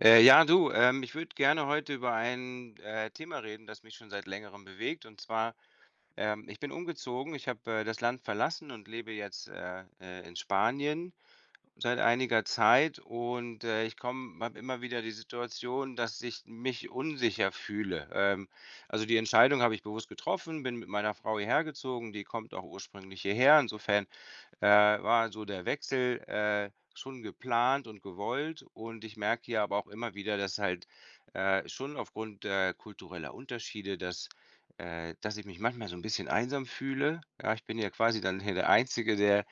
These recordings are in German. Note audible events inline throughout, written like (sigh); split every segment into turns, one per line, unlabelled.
Ja, du, ich würde gerne heute über ein Thema reden, das mich schon seit längerem bewegt. Und zwar, ich bin umgezogen, ich habe das Land verlassen und lebe jetzt in Spanien seit einiger Zeit und, ich komme habe immer wieder die Situation, dass ich mich unsicher fühle. Also, die Entscheidung habe ich bewusst getroffen, bin mit meiner Frau hierher gezogen, die kommt auch ursprünglich hierher. Insofern, war so der Wechsel, schon geplant und gewollt, und ich merke hier aber auch immer wieder, dass halt, schon aufgrund, kultureller Unterschiede, dass ich mich manchmal so ein bisschen einsam fühle. Ja, ich bin ja quasi dann hier der Einzige, der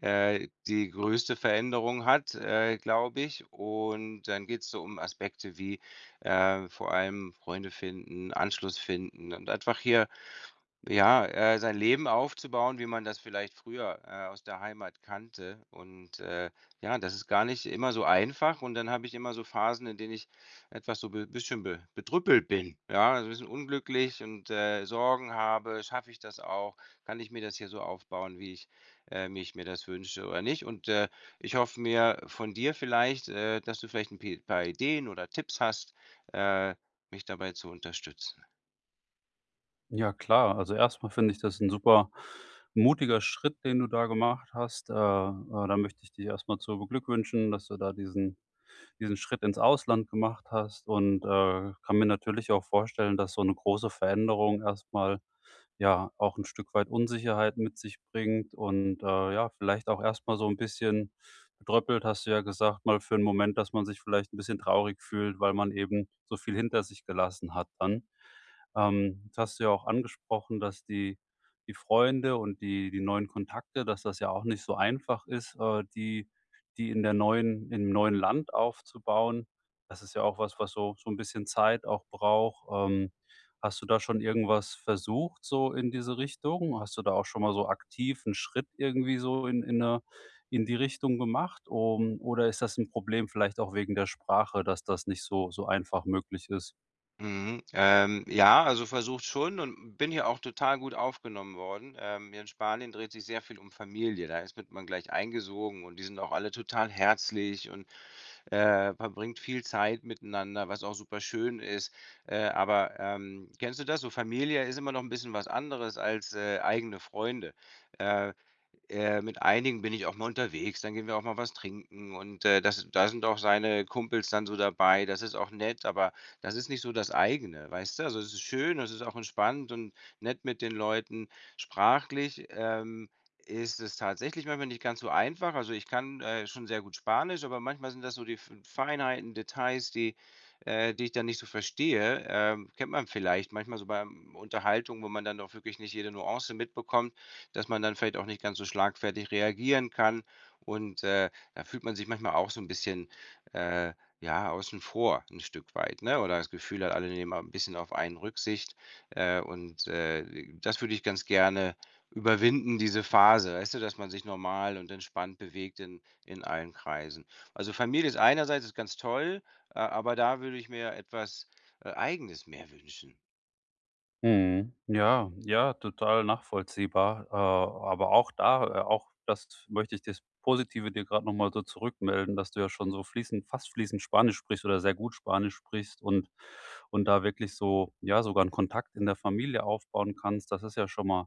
die größte Veränderung hat, glaube ich. Und dann geht es so um Aspekte wie, vor allem Freunde finden, Anschluss finden und einfach hier ja, sein Leben aufzubauen, wie man das vielleicht früher, aus der Heimat kannte. Ja, das ist gar nicht immer so einfach. Und dann habe ich immer so Phasen, in denen ich etwas so ein be bisschen be bedrüppelt bin, ja, also 'n bisschen unglücklich und Sorgen habe. Schaffe ich das auch? Kann ich mir das hier so aufbauen, wie ich, wie mir das wünsche oder nicht? Ich hoffe mir von dir vielleicht, dass du vielleicht ein pe paar Ideen oder Tipps hast, äh, mich dabei zu unterstützen.
Ja, klar. Also, erstmal finde ich das ein super mutiger Schritt, den du da gemacht hast. Da möchte ich dich erstmal zu beglückwünschen, dass du da diesen Schritt ins Ausland gemacht hast und, kann mir natürlich auch vorstellen, dass so eine große Veränderung erstmal ja, auch ein Stück weit Unsicherheit mit sich bringt und, ja, vielleicht auch erstmal so ein bisschen bedröppelt, hast du ja gesagt, mal für einen Moment, dass man sich vielleicht ein bisschen traurig fühlt, weil man eben so viel hinter sich gelassen hat dann. Jetzt hast du ja auch angesprochen, dass die Freunde und die neuen Kontakte, dass das ja auch nicht so einfach ist, die die in der neuen im neuen Land aufzubauen. Das ist ja auch was, was so so ein bisschen Zeit auch braucht. Hast du da schon irgendwas versucht so in diese Richtung? Hast du da auch schon mal so aktiv einen Schritt irgendwie so in in die Richtung gemacht? Oder ist das ein Problem vielleicht auch wegen der Sprache, dass das nicht so so einfach möglich ist?
Mhm. Ja, also versucht schon, und bin hier auch total gut aufgenommen worden. Hier in Spanien dreht sich sehr viel um Familie. Da ist mit man gleich eingesogen, und die sind auch alle total herzlich und verbringt viel Zeit miteinander, was auch super schön ist. Aber kennst du das? So Familie ist immer noch ein bisschen was anderes als eigene Freunde. Äh, mit einigen bin ich auch mal unterwegs, dann gehen wir auch mal was trinken und, das da sind auch seine Kumpels dann so dabei. Das ist auch nett, aber das ist nicht so das eigene, weißt du? Also, es ist schön, es ist auch entspannt und nett mit den Leuten. Sprachlich, ist es tatsächlich manchmal nicht ganz so einfach. Also, ich kann, schon sehr gut Spanisch, aber manchmal sind das so die F Feinheiten, Details, die die ich dann nicht so verstehe. Kennt man vielleicht manchmal so bei Unterhaltungen, wo man dann doch wirklich nicht jede Nuance mitbekommt, dass man dann vielleicht auch nicht ganz so schlagfertig reagieren kann. Und, äh, Da fühlt man sich manchmal auch so ein bisschen, äh, ja, außen vor ein Stück weit, ne? Oder das Gefühl hat, alle nehmen a 'n bisschen auf einen Rücksicht. Äh, und, äh, Das würde ich ganz gerne überwinden, diese Phase, weißt du, dass man sich normal und entspannt bewegt in allen Kreisen. Also, Familie ist einerseits ist ganz toll, a aber da würde ich mir etwas, Eigenes mehr wünschen.
Mhm. Ja, ja, total nachvollziehbar. Aber auch da auch das möchte ich das Positive dir gerade noch mal so zurückmelden, dass du ja schon so fließend fast fließend Spanisch sprichst oder sehr gut Spanisch sprichst und da wirklich so ja, sogar einen Kontakt in der Familie aufbauen kannst. Das ist ja schon mal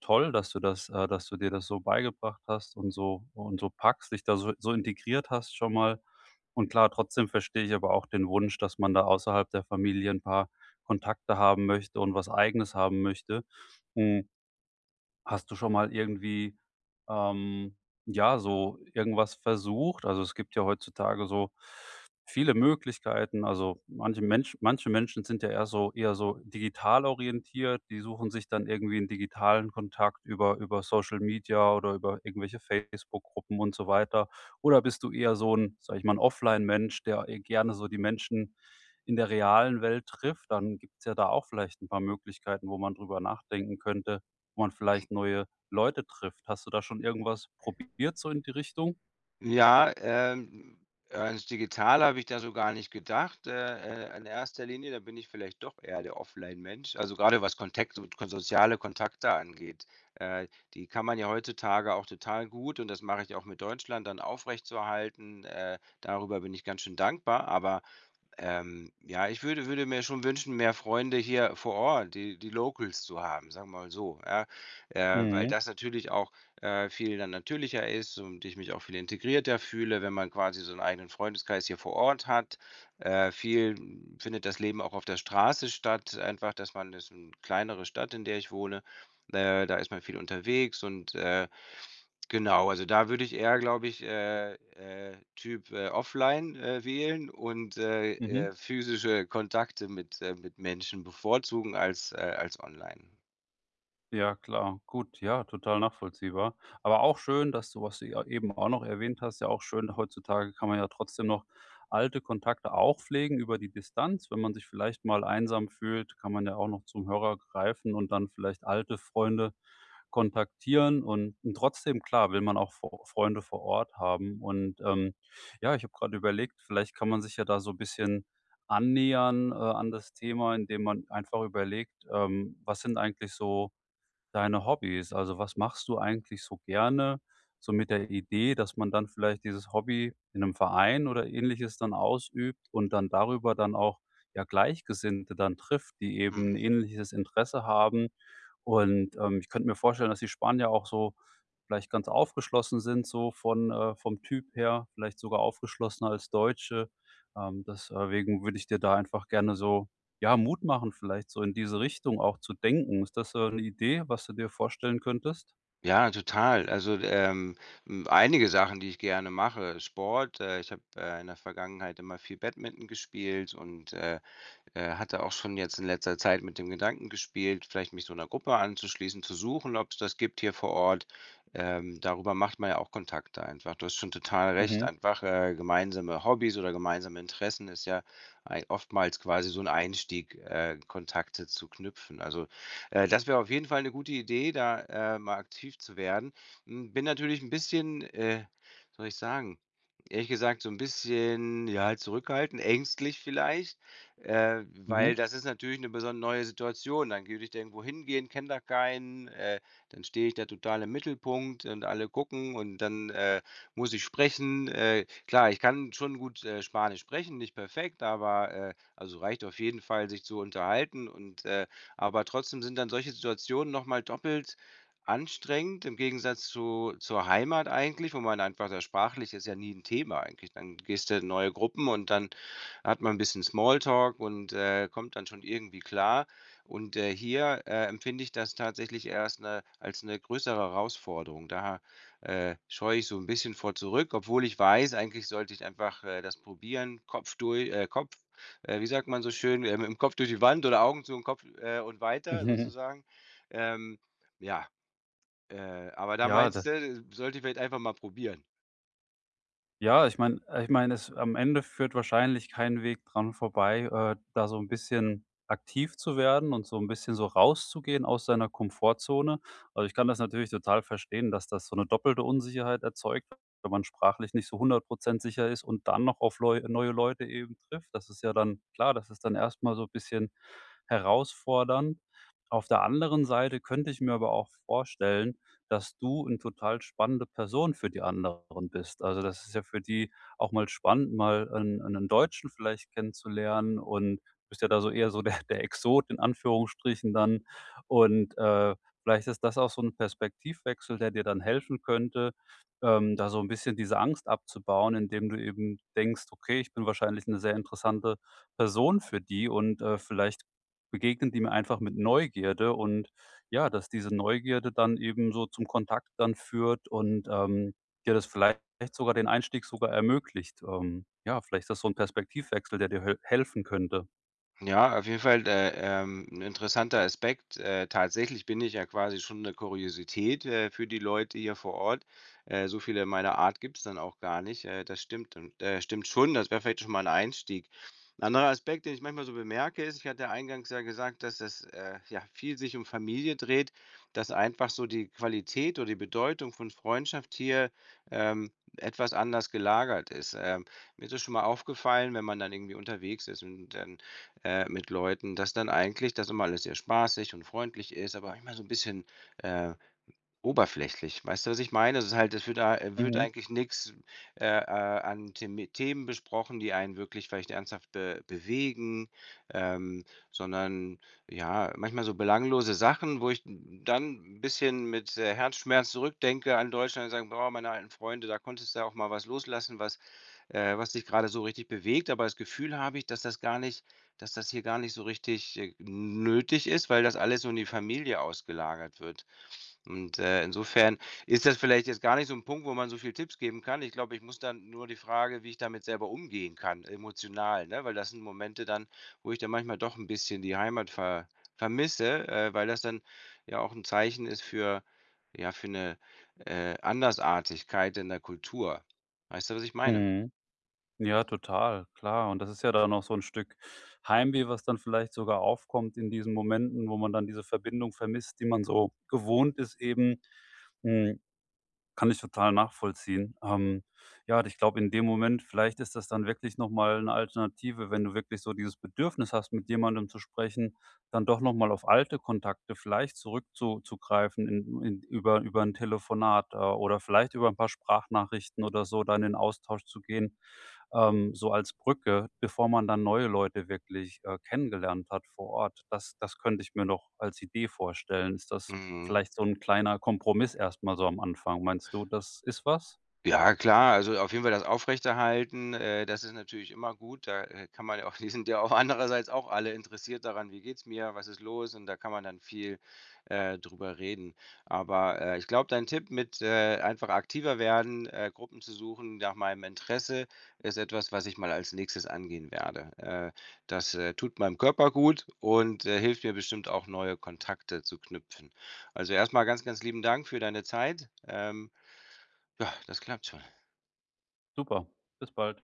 toll, dass du das dass du dir das so beigebracht hast und so packst, dich da so so integriert hast schon mal. Und klar, trotzdem verstehe ich aber auch den Wunsch, dass man da außerhalb der Familie ein paar Kontakte haben möchte und was Eigenes haben möchte. Hm. Hast du schon mal irgendwie, ähm, ja, so irgendwas versucht? Also, es gibt ja heutzutage so viele Möglichkeiten. Also, manche Menschen sind ja eher so digital orientiert. Die suchen sich dann irgendwie einen digitalen Kontakt über Social Media oder über irgendwelche Facebook-Gruppen und so weiter. Oder bist du eher so ein sage ich mal, 'n Offline-Mensch, der eher gerne so die Menschen in der realen Welt trifft? Dann gibt's ja da auch vielleicht ein paar Möglichkeiten, wo man drüber nachdenken könnte, wo man vielleicht neue Leute trifft. Hast du da schon irgendwas probiert so in die Richtung?
Ja, ans Digitale habe ich da so gar nicht gedacht. In erster Linie, da bin ich vielleicht doch eher der Offline-Mensch. Also gerade was Kontakt und soziale Kontakte angeht. Äh, Die kann man ja heutzutage auch total gut, und das mache ich auch mit Deutschland dann aufrechtzuerhalten. Darüber bin ich ganz schön dankbar. Aber ja, ich würde mir schon wünschen, mehr Freunde hier vor Ort, die die Locals zu haben, sagen wir mal so, ja? Weil
Mhm,
das natürlich auch, viel dann natürlicher ist, und ich mich auch viel integrierter fühle, wenn man quasi so einen eigenen Freundeskreis hier vor Ort hat. Viel findet das Leben auch auf der Straße statt, einfach, dass man das ist eine kleinere Stadt, in der ich wohne, da ist man viel unterwegs und genau, also da würde ich eher, glaube ich, Typ, offline, wählen und,
mhm.
physische Kontakte mit Menschen bevorzugen als als online.
Ja, klar. Gut, ja, total nachvollziehbar. Aber auch schön, dass du, was du ja eben auch noch erwähnt hast, ja auch schön, heutzutage kann man ja trotzdem noch alte Kontakte auch pflegen über die Distanz. Wenn man sich vielleicht mal einsam fühlt, kann man ja auch noch zum Hörer greifen und dann vielleicht alte Freunde kontaktieren. Und trotzdem, klar, will man auch Freunde vor Ort haben. Und ja, ich habe gerade überlegt, vielleicht kann man sich ja da so ein bisschen annähern an das Thema, indem man einfach überlegt, was sind eigentlich so deine Hobbys? Also, was machst du eigentlich so gerne? So mit der Idee, dass man dann vielleicht dieses Hobby in einem Verein oder Ähnliches dann ausübt und dann darüber dann auch, ja, Gleichgesinnte dann trifft, die eben ein
Mhm.
ähnliches Interesse haben. Und, ich könnte mir vorstellen, dass die Spanier auch so vielleicht ganz aufgeschlossen sind, so von vom Typ her, vielleicht sogar aufgeschlossener als Deutsche. Deswegen würde ich dir da einfach gerne so ja, Mut machen vielleicht so in diese Richtung auch zu denken. Ist das so eine Idee, was du dir vorstellen könntest?
Ja, total. Also, hm, einige Sachen, die ich gerne mache. Sport, ich habe, in der Vergangenheit immer viel Badminton gespielt und hatte auch schon jetzt in letzter Zeit mit dem Gedanken gespielt, vielleicht mich so einer Gruppe anzuschließen, zu suchen, ob es das gibt hier vor Ort. Darüber macht man ja auch Kontakte einfach. Du hast schon total recht,
Mhm,
einfach, gemeinsame Hobbys oder gemeinsame Interessen ist ja ei oftmals quasi so ein Einstieg, Kontakte zu knüpfen. Also, das wäre auf jeden Fall eine gute Idee, da, mal aktiv zu werden. Hm, bin natürlich ein bisschen, soll ich sagen, ehrlich gesagt so ein bisschen, ja, zurückhaltend, ängstlich vielleicht, weil
mhm.
das ist natürlich eine besonders neue Situation. Dann würde ich da irgendwo hingehen, kenne da keinen, dann stehe ich da total im Mittelpunkt und alle gucken, und dann, muss ich sprechen. Klar, ich kann schon gut, Spanisch sprechen, nicht perfekt, aber, also, reicht auf jeden Fall, sich zu unterhalten , und aber trotzdem sind dann solche Situationen noch mal doppelt anstrengend im Gegensatz zu zur Heimat eigentlich, wo man einfach da sprachlich ist ja nie ein Thema eigentlich. Dann gehst du in neue Gruppen, und dann hat man ein bisschen Smalltalk und, kommt dann schon irgendwie klar. Hier, empfinde ich das tatsächlich erst 'ne als eine größere Herausforderung. Da, scheue ich so ein bisschen vor zurück, obwohl ich weiß, eigentlich sollte ich einfach, das probieren, Kopf durch Kopf wie sagt man so schön, mit'm Kopf durch die Wand oder Augen zu und Kopf und weiter
(laughs)
sozusagen. Ähm, ja, äh, aber da
Ja, da
meinst du, sollte ich vielleicht einfach mal probieren.
Ja, ich meine, es am Ende führt wahrscheinlich kein Weg dran vorbei, da so ein bisschen aktiv zu werden und so ein bisschen so rauszugehen aus seiner Komfortzone. Also, ich kann das natürlich total verstehen, dass das so eine doppelte Unsicherheit erzeugt, wenn man sprachlich nicht so 100% sicher ist und dann noch auf leu neue Leute eben trifft. Das ist ja dann klar, das ist dann erstmal so ein bisschen herausfordernd. Auf der anderen Seite könnte ich mir aber auch vorstellen, dass du 'n total spannende Person für die anderen bist. Also, das ist ja für die auch mal spannend, mal 'n 'nen Deutschen vielleicht kennenzulernen und du bist ja da so eher so der (laughs) der Exot in Anführungsstrichen dann und, vielleicht ist das auch so 'n Perspektivwechsel, der dir dann helfen könnte, da so 'n bisschen diese Angst abzubauen, indem du eben denkst: „Okay, ich bin wahrscheinlich 'ne sehr interessante Person für die und, vielleicht begegnen die mir einfach mit Neugierde und ja, dass diese Neugierde dann eben so zum Kontakt dann führt und, dir das vielleicht sogar den Einstieg sogar ermöglicht. Ja, vielleicht ist das so ein Perspektivwechsel, der dir höl helfen könnte.
Ja, auf jeden Fall, 'n interessanter Aspekt. Tatsächlich bin ich ja quasi schon 'ne Kuriosität, für die Leute hier vor Ort. So viele meiner Art gibt's dann auch gar nicht. Das stimmt, und, stimmt schon. Das wäre vielleicht schon mal ein Einstieg. 'N anderer Aspekt, den ich manchmal so bemerke, ist: ich hatte ja eingangs ja gesagt, dass das, ja, viel sich um Familie dreht, dass einfach so die Qualität oder die Bedeutung von Freundschaft hier, ähm, etwas anders gelagert ist. Mir ist das schon mal aufgefallen, wenn man dann irgendwie unterwegs ist und dann mit Leuten, dass dann eigentlich das immer alles sehr spaßig und freundlich ist, aber immer so ein bisschen, äh, oberflächlich. Weißt du, was ich meine? Es ist halt es wird
Mhm,
eigentlich nichts an Themi Themen besprochen, die einen wirklich vielleicht ernsthaft be bewegen, ähm, sondern ja, manchmal so belanglose Sachen, wo ich dann 'n bisschen mit, Herzschmerz zurückdenke an Deutschland und sage: „Boah, meine alten Freunde, da konntest du ja auch mal was loslassen, was was dich gerade so richtig bewegt.“ Aber das Gefühl habe ich, dass das hier gar nicht so richtig, nötig ist, weil das alles so in die Familie ausgelagert wird. Und, insofern ist das vielleicht jetzt gar nicht so ein Punkt, wo man so viel Tipps geben kann. Ich glaube, ich muss dann nur die Frage, wie ich damit selber umgehen kann, emotional, ne? Weil das sind Momente dann, wo ich dann manchmal doch ein bisschen die Heimat vermisse, weil das dann ja auch ein Zeichen ist für ja, für eine Andersartigkeit in der Kultur. Weißt du, was ich meine?
mhm. Ja, total, klar. Und das ist ja dann noch so ein Stück Heimweh, was dann vielleicht sogar aufkommt in diesen Momenten, wo man dann diese Verbindung vermisst, die man so gewohnt ist eben. Hm. Kann ich total nachvollziehen. Ja, ich glaube, in dem Moment vielleicht ist das dann wirklich noch mal 'ne Alternative, wenn du wirklich so dieses Bedürfnis hast, mit jemandem zu sprechen, dann doch noch mal auf alte Kontakte vielleicht zurück greifen in über ein Telefonat, oder vielleicht über ein paar Sprachnachrichten oder so dann in Austausch zu gehen, so als Brücke, bevor man dann neue Leute wirklich, kennengelernt hat vor Ort. Das könnte ich mir noch als Idee vorstellen. Ist das
Mhm.
vielleicht so 'n kleiner Kompromiss erst mal so am Anfang. Meinst du, das ist was?
Ja klar, also auf jeden Fall das Aufrechterhalten, das ist natürlich immer gut. Da, kann man ja auch (laughs) die sind ja auch andererseits auch alle interessiert daran: „Wie geht's mir? Was ist los?“ Und da kann man dann viel, drüber reden. Aber, ich glaube, dein Tipp mit, einfach aktiver werden, Gruppen zu suchen nach meinem Interesse, ist etwas, was ich mal als Nächstes angehen werde. Das, tut meinem Körper gut und, hilft mir bestimmt auch, neue Kontakte zu knüpfen. Also erstmal ganz, ganz lieben Dank für deine Zeit. Ja, das klappt schon.
Super. Bis bald.